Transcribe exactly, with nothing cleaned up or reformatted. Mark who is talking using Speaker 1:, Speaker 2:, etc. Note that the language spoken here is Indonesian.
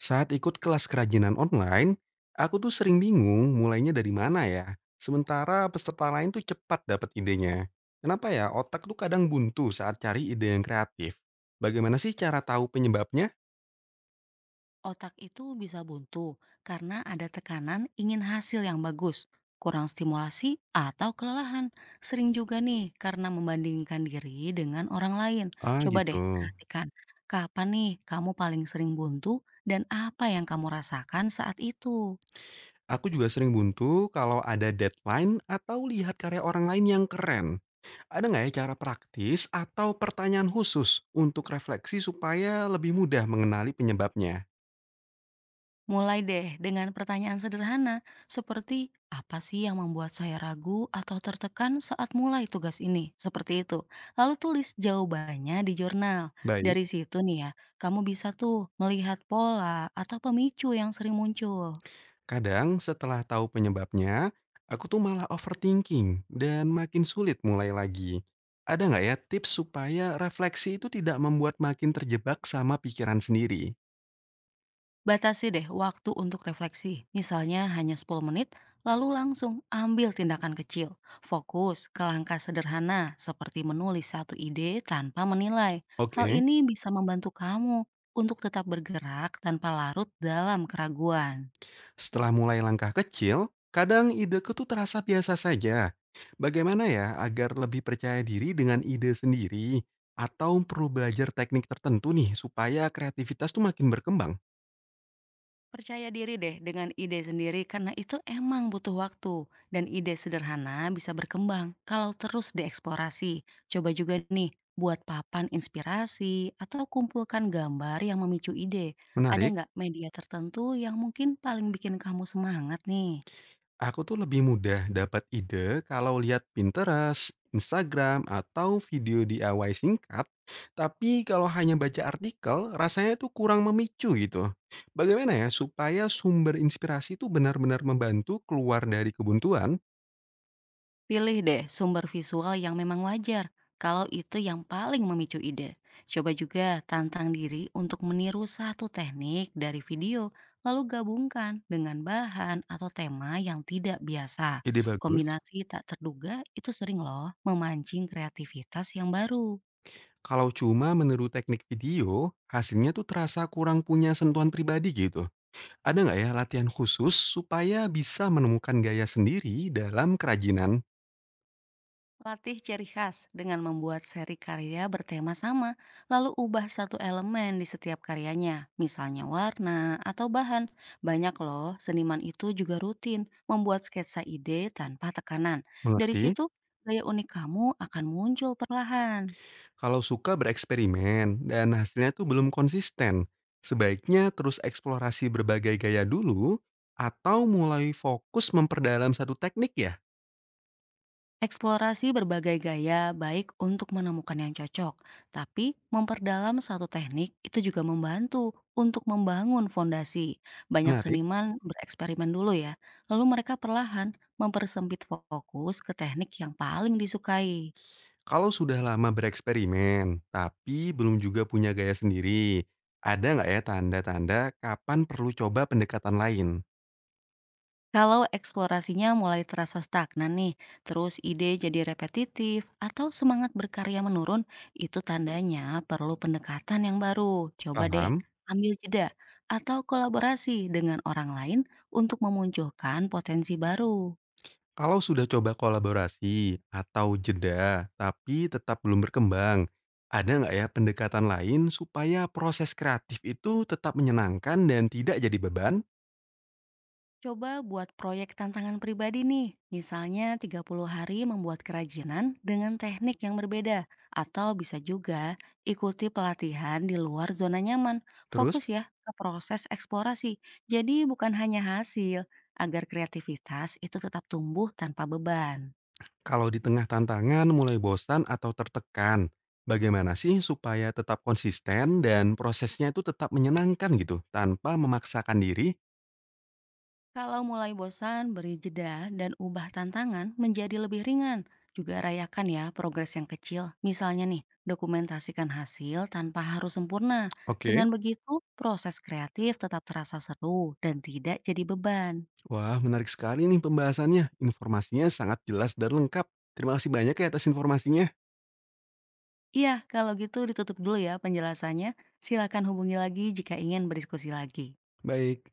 Speaker 1: Saat ikut kelas kerajinan online, aku tuh sering bingung mulainya dari mana ya. Sementara peserta lain tuh cepat dapat idenya. Kenapa ya otak tuh kadang buntu saat cari ide yang kreatif? Bagaimana sih cara tahu penyebabnya?
Speaker 2: Otak itu bisa buntu karena ada tekanan ingin hasil yang bagus, kurang stimulasi, atau kelelahan. Sering juga nih karena membandingkan diri dengan orang lain.
Speaker 1: Ah
Speaker 2: Coba
Speaker 1: gitu.
Speaker 2: deh perhatikan, kapan nih kamu paling sering buntu dan apa yang kamu rasakan saat itu?
Speaker 1: Aku juga sering buntu kalau ada deadline atau lihat karya orang lain yang keren. Ada nggak ya cara praktis atau pertanyaan khusus untuk refleksi supaya lebih mudah mengenali penyebabnya?
Speaker 2: Mulai deh dengan pertanyaan sederhana, seperti apa sih yang membuat saya ragu atau tertekan saat mulai tugas ini? Seperti itu. Lalu tulis jawabannya di jurnal.
Speaker 1: Baik.
Speaker 2: Dari situ nih ya, kamu bisa tuh melihat pola atau pemicu yang sering muncul.
Speaker 1: Kadang setelah tahu penyebabnya, aku tuh malah overthinking dan makin sulit mulai lagi. Ada nggak ya tips supaya refleksi itu tidak membuat makin terjebak sama pikiran sendiri?
Speaker 2: Batasi deh waktu untuk refleksi, misalnya hanya sepuluh menit, lalu langsung ambil tindakan kecil. Fokus ke langkah sederhana seperti menulis satu ide tanpa menilai. Hal
Speaker 1: Oke,
Speaker 2: ini bisa membantu kamu untuk tetap bergerak tanpa larut dalam keraguan.
Speaker 1: setelah mulai langkah kecil, kadang ideku tuh terasa biasa saja. Bagaimana ya agar lebih percaya diri dengan ide sendiri? Atau perlu belajar teknik tertentu nih supaya kreativitas tuh makin berkembang?
Speaker 2: Percaya diri deh dengan ide sendiri karena itu emang butuh waktu dan ide sederhana bisa berkembang kalau terus dieksplorasi. Coba juga nih buat papan inspirasi atau kumpulkan gambar yang memicu ide. Ada
Speaker 1: Menarik.
Speaker 2: nggak media tertentu yang mungkin paling bikin kamu semangat nih?
Speaker 1: Aku tuh lebih mudah dapat ide kalau lihat Pinterest, Instagram, atau video D I Y singkat. Tapi kalau hanya baca artikel, rasanya tuh kurang memicu gitu. Bagaimana ya supaya sumber inspirasi itu benar-benar membantu keluar dari kebuntuan?
Speaker 2: Pilih deh sumber visual yang memang wajar, kalau itu yang paling memicu ide. Coba juga tantang diri untuk meniru satu teknik dari video, lalu gabungkan dengan bahan atau tema yang tidak biasa.
Speaker 1: Ide bagus.
Speaker 2: Kombinasi tak terduga itu sering loh memancing kreativitas yang baru.
Speaker 1: Kalau cuma meniru teknik video, hasilnya tuh terasa kurang punya sentuhan pribadi gitu. Ada nggak ya latihan khusus supaya bisa menemukan gaya sendiri dalam kerajinan?
Speaker 2: Latih ciri khas dengan membuat seri karya bertema sama, lalu ubah satu elemen di setiap karyanya, misalnya warna atau bahan. Banyak loh, seniman itu juga rutin membuat sketsa ide tanpa tekanan. Dari
Speaker 1: Mengerti?
Speaker 2: situ, gaya unik kamu akan muncul perlahan.
Speaker 1: Kalau suka bereksperimen dan hasilnya tuh belum konsisten, sebaiknya terus eksplorasi berbagai gaya dulu atau mulai fokus memperdalam satu teknik ya.
Speaker 2: Eksplorasi berbagai gaya baik untuk menemukan yang cocok, tapi memperdalam satu teknik itu juga membantu untuk membangun fondasi. Banyak
Speaker 1: Menarik.
Speaker 2: seniman bereksperimen dulu ya, lalu mereka perlahan mempersempit fokus ke teknik yang paling disukai.
Speaker 1: Kalau sudah lama bereksperimen, tapi belum juga punya gaya sendiri, ada nggak ya tanda-tanda kapan perlu coba pendekatan lain?
Speaker 2: Kalau eksplorasinya mulai terasa stagnan nih, terus ide jadi repetitif atau semangat berkarya menurun, itu tandanya perlu pendekatan yang baru. Coba deh,
Speaker 1: Paham?
Speaker 2: ambil jeda atau kolaborasi dengan orang lain untuk memunculkan potensi baru.
Speaker 1: Kalau sudah coba kolaborasi atau jeda, tapi tetap belum berkembang, ada nggak ya pendekatan lain supaya proses kreatif itu tetap menyenangkan dan tidak jadi beban?
Speaker 2: Coba buat proyek tantangan pribadi nih, misalnya tiga puluh hari membuat kerajinan dengan teknik yang berbeda. Atau bisa juga ikuti pelatihan di luar zona nyaman.
Speaker 1: Terus,
Speaker 2: Fokus ya ke proses eksplorasi, jadi bukan hanya hasil, agar kreativitas itu tetap tumbuh tanpa beban.
Speaker 1: kalau di tengah tantangan mulai bosan atau tertekan, bagaimana sih supaya tetap konsisten dan prosesnya itu tetap menyenangkan gitu, tanpa memaksakan diri?
Speaker 2: Kalau mulai bosan, beri jeda dan ubah tantangan menjadi lebih ringan. Juga rayakan ya progres yang kecil. Misalnya nih, dokumentasikan hasil tanpa harus sempurna.
Speaker 1: Oke.
Speaker 2: Dengan begitu, proses kreatif tetap terasa seru dan tidak jadi beban.
Speaker 1: Wah, menarik sekali nih pembahasannya. Informasinya sangat jelas dan lengkap. Terima kasih banyak ya atas informasinya.
Speaker 2: Iya, kalau gitu ditutup dulu ya penjelasannya. Silakan hubungi lagi jika ingin berdiskusi lagi.
Speaker 1: Baik.